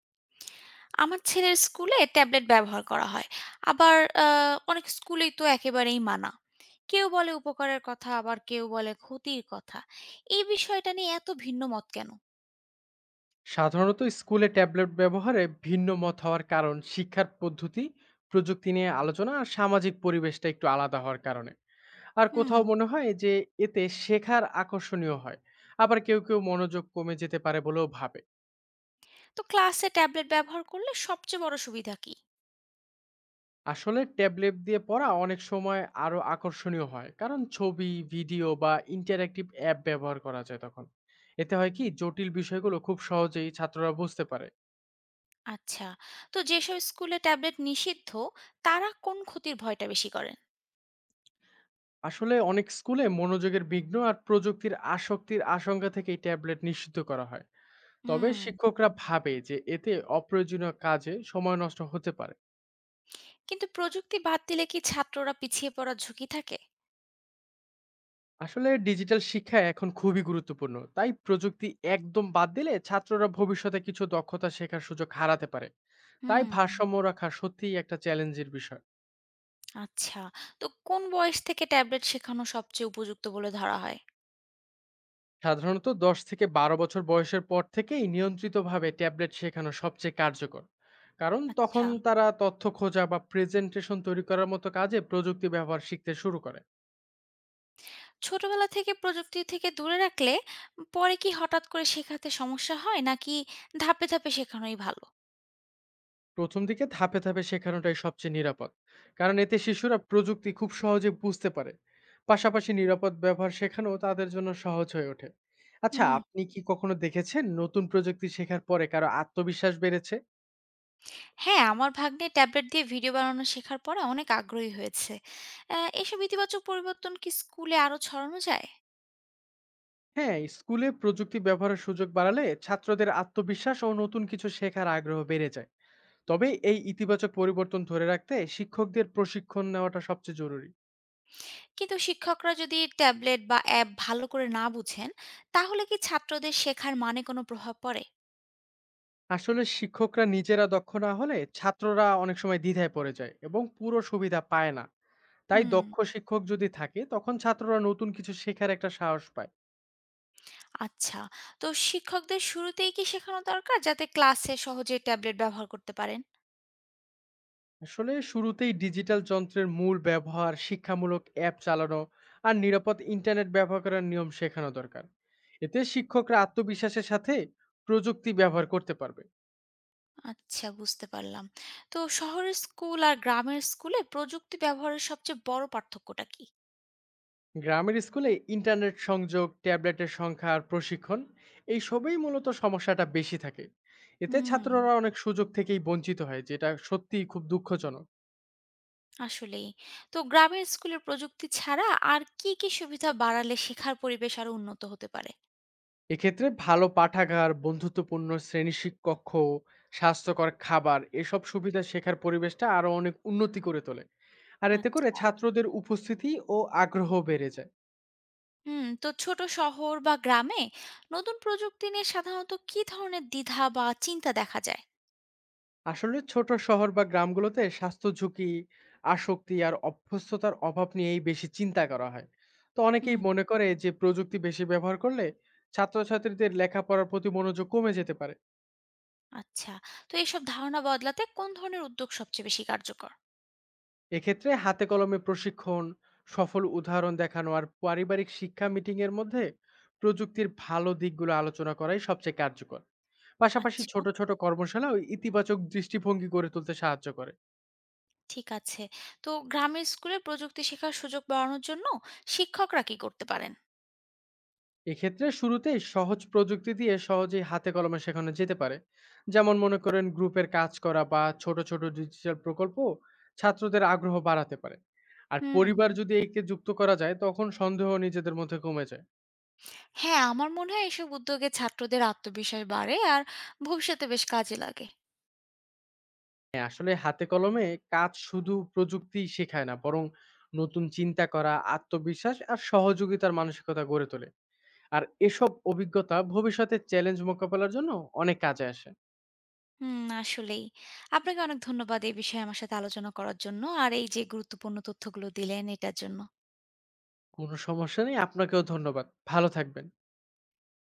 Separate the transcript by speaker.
Speaker 1: আমার ছেলের স্কুলে ট্যাবলেট ব্যবহার করা হয়, আবার অনেক স্কুলেই তো একেবারেই মানা। কেউ বলে উপকারের কথা, আবার কেউ বলে ক্ষতির কথা। এই বিষয়টা নিয়ে এত ভিন্ন মত কেন?
Speaker 2: সাধারণত স্কুলে ট্যাবলেট ব্যবহারে ভিন্ন মত হওয়ার কারণ শিক্ষার পদ্ধতি, প্রযুক্তি নিয়ে আলোচনা আর সামাজিক পরিবেশটা একটু আলাদা হওয়ার কারণে। আর
Speaker 1: হুম।
Speaker 2: কোথাও মনে হয় যে এতে শেখার আকর্ষণীয় হয়, আবার কেউ কেউ মনোযোগ কমে যেতে পারে বলেও ভাবে।
Speaker 1: তো ক্লাসে ট্যাবলেট ব্যবহার করলে সবচেয়ে বড় সুবিধা কি?
Speaker 2: আসলে ট্যাবলেট দিয়ে পড়া অনেক সময় আরো আকর্ষণীয় হয়, কারণ ছবি, ভিডিও বা ইন্টারঅ্যাক্টিভ অ্যাপ ব্যবহার করা যায় তখন। এতে হয় কি, জটিল বিষয়গুলো খুব সহজেই ছাত্ররা বুঝতে পারে।
Speaker 1: আচ্ছা। তো যেসব স্কুলে ট্যাবলেট নিষিদ্ধ, তারা কোন ক্ষতির ভয়টা বেশি করেন?
Speaker 2: আসলে অনেক স্কুলে মনোযোগের বিঘ্ন আর প্রযুক্তির আসক্তির আশঙ্কা থেকে এই ট্যাবলেট নিষিদ্ধ করা হয়। তবে
Speaker 1: হুম।
Speaker 2: শিক্ষকরা ভাবে যে এতে অপ্রয়োজনীয় কাজে সময় নষ্ট হতে পারে।
Speaker 1: কিন্তু প্রযুক্তি বাদ দিলে কি ছাত্ররা পিছিয়ে পড়ার ঝুঁকি থাকে?
Speaker 2: আসলে ডিজিটাল শিক্ষা এখন খুবই গুরুত্বপূর্ণ, তাই প্রযুক্তি একদম বাদ দিলে ছাত্ররা ভবিষ্যতে কিছু দক্ষতা শেখার সুযোগ হারাতে পারে। তাই
Speaker 1: হুম।
Speaker 2: ভারসাম্য রাখা সত্যিই একটা চ্যালেঞ্জের বিষয়।
Speaker 1: আচ্ছা, তো কোন বয়স থেকে ট্যাবলেট শেখানো সবচেয়ে উপযুক্ত বলে ধরা হয়?
Speaker 2: সাধারণত ১০ থেকে ১২ বছর বয়সের পর থেকেই নিয়ন্ত্রিতভাবে ট্যাবলেট শেখানো সবচেয়ে কার্যকর, কারণ তখন
Speaker 1: আচ্ছা।
Speaker 2: তারা তথ্য খোঁজা বা প্রেজেন্টেশন তৈরি করার মতো কাজে প্রযুক্তি ব্যবহার শিখতে শুরু করে।
Speaker 1: ছোটবেলা থেকে প্রযুক্তি থেকে দূরে রাখলে পরে কি হঠাৎ করে শেখাতে সমস্যা হয় নাকি ধাপে ধাপে শেখানোই ভালো?
Speaker 2: প্রথম দিকে ধাপে ধাপে শেখানোটাই সবচেয়ে নিরাপদ, কারণ এতে শিশুরা প্রযুক্তি খুব সহজে বুঝতে পারে। পাশাপাশি নিরাপদ ব্যবহার শেখানো তাদের জন্য সহজ হয়ে ওঠে। আচ্ছা,
Speaker 1: হুম।
Speaker 2: আপনি কি কখনো দেখেছেন নতুন প্রযুক্তি শেখার পরে কারো আত্মবিশ্বাস বেড়েছে?
Speaker 1: হ্যাঁ, আমার ভাগ্নে ট্যাবলেট দিয়ে ভিডিও বানানো শেখার পরে অনেক আগ্রহী হয়েছে। এসব ইতিবাচক পরিবর্তন কি স্কুলে আরো ছড়ানো যায়?
Speaker 2: হ্যাঁ, স্কুলে প্রযুক্তি ব্যবহারের সুযোগ বাড়ালে ছাত্রদের আত্মবিশ্বাস ও নতুন কিছু শেখার আগ্রহ বেড়ে যায়। তবে এই ইতিবাচক পরিবর্তন ধরে রাখতে শিক্ষকদের প্রশিক্ষণ নেওয়াটা সবচেয়ে জরুরি।
Speaker 1: কিন্তু শিক্ষকরা যদি ট্যাবলেট বা অ্যাপ ভালো করে না বুঝেন, তাহলে কি ছাত্রদের শেখার মানে কোনো প্রভাব পড়ে?
Speaker 2: আসলে শিক্ষকরা নিজেরা দক্ষ না হলে ছাত্ররা অনেক সময় দ্বিধায় পড়ে যায় এবং পুরো সুবিধা পায় না। তাই
Speaker 1: হুম।
Speaker 2: দক্ষ শিক্ষক যদি থাকে তখন ছাত্ররা নতুন কিছু শেখার একটা সাহস পায়।
Speaker 1: আচ্ছা। তো শিক্ষকদের শুরুতেই কি শেখানো দরকার যাতে ক্লাসে সহজেই ট্যাবলেট ব্যবহার করতে পারেন?
Speaker 2: আসলে শুরুতেই ডিজিটাল যন্ত্রের মূল ব্যবহার, শিক্ষামূলক অ্যাপ চালানো আর নিরাপদ ইন্টারনেট ব্যবহার করার নিয়ম শেখানো দরকার। এতে শিক্ষকরা আত্মবিশ্বাসের সাথে প্রযুক্তি ব্যবহার করতে পারবে।
Speaker 1: আচ্ছা, বুঝতে পারলাম। তো শহরের স্কুল আর গ্রামের স্কুলে প্রযুক্তি ব্যবহারের সবচেয়ে বড় পার্থক্যটা কি?
Speaker 2: গ্রামের স্কুলে ইন্টারনেট সংযোগ, ট্যাবলেটের সংখ্যা আর প্রশিক্ষণ, এই সবই মূলত সমস্যাটা বেশি থাকে। এতে
Speaker 1: হুম,
Speaker 2: ছাত্ররা অনেক সুযোগ থেকেই বঞ্চিত হয়, যেটা সত্যিই খুব দুঃখজনক।
Speaker 1: আসলেই। তো গ্রামের স্কুলে প্রযুক্তি ছাড়া আর কি কি সুবিধা বাড়ালে শেখার পরিবেশ আরো উন্নত হতে পারে?
Speaker 2: এক্ষেত্রে ভালো পাঠাগার, বন্ধুত্বপূর্ণ শ্রেণী শিক্ষকক্ষ, স্বাস্থ্যকর খাবার, এসব সুবিধা শেখার পরিবেশটা আরো অনেক উন্নতি করে তোলে। আর এতে করে
Speaker 1: আচ্ছা।
Speaker 2: ছাত্রদের উপস্থিতি ও আগ্রহ বেড়ে যায়।
Speaker 1: হুম, তো ছোট শহর বা গ্রামে নতুন প্রযুক্তি নিয়ে সাধারণত কি ধরনের দ্বিধা বা চিন্তা দেখা যায়?
Speaker 2: আসলে ছোট শহর বা গ্রামগুলোতে স্বাস্থ্য ঝুঁকি, আসক্তি আর অভ্যস্ততার অভাব নিয়েই বেশি চিন্তা করা হয়। তো
Speaker 1: হুম।
Speaker 2: অনেকেই মনে করে যে প্রযুক্তি বেশি ব্যবহার করলে ছাত্রছাত্রীদের লেখাপড়ার প্রতি মনোযোগ কমে যেতে পারে।
Speaker 1: আচ্ছা, তো এইসব ধারণা বদলাতে কোন ধরনের উদ্যোগ সবচেয়ে বেশি কার্যকর?
Speaker 2: এক্ষেত্রে হাতে কলমে প্রশিক্ষণ, সফল উদাহরণ দেখানো আর পারিবারিক শিক্ষা মিটিং এর মধ্যে প্রযুক্তির ভালো দিকগুলো আলোচনা করাই সবচেয়ে কার্যকর। পাশাপাশি
Speaker 1: আচ্ছা,
Speaker 2: ছোট ছোট কর্মশালা ও ইতিবাচক দৃষ্টিভঙ্গি গড়ে তুলতে সাহায্য করে।
Speaker 1: ঠিক আছে। তো গ্রামের স্কুলে প্রযুক্তি শেখার সুযোগ বাড়ানোর জন্য শিক্ষকরা কি করতে পারেন?
Speaker 2: এক্ষেত্রে শুরুতেই সহজ প্রযুক্তি দিয়ে সহজেই হাতে কলমে শেখানো যেতে পারে। যেমন মনে করেন গ্রুপের কাজ করা বা ছোট ছোট ডিজিটাল প্রকল্প ছাত্রদের আগ্রহ বাড়াতে পারে। আর
Speaker 1: হুম।
Speaker 2: পরিবার যদি একে যুক্ত করা যায় তখন সন্দেহ নিজেদের মধ্যে কমে যায়।
Speaker 1: হ্যাঁ, আমার মনে হয় এসব উদ্যোগে ছাত্রদের আত্মবিশ্বাস বাড়ে আর ভবিষ্যতে বেশ কাজে লাগে।
Speaker 2: হ্যাঁ, আসলে হাতে কলমে কাজ শুধু প্রযুক্তি শেখায় না, বরং নতুন চিন্তা করা, আত্মবিশ্বাস আর সহযোগিতার মানসিকতা গড়ে তোলে। আর এসব অভিজ্ঞতা ভবিষ্যতে চ্যালেঞ্জ মোকাবেলার জন্য অনেক কাজে আসে।
Speaker 1: হুম, আসলেই। আপনাকে অনেক ধন্যবাদ এই বিষয়ে আমার সাথে আলোচনা করার জন্য আর এই যে গুরুত্বপূর্ণ তথ্যগুলো দিলেন এটার জন্য।
Speaker 2: কোনো সমস্যা নেই, আপনাকেও ধন্যবাদ। ভালো থাকবেন।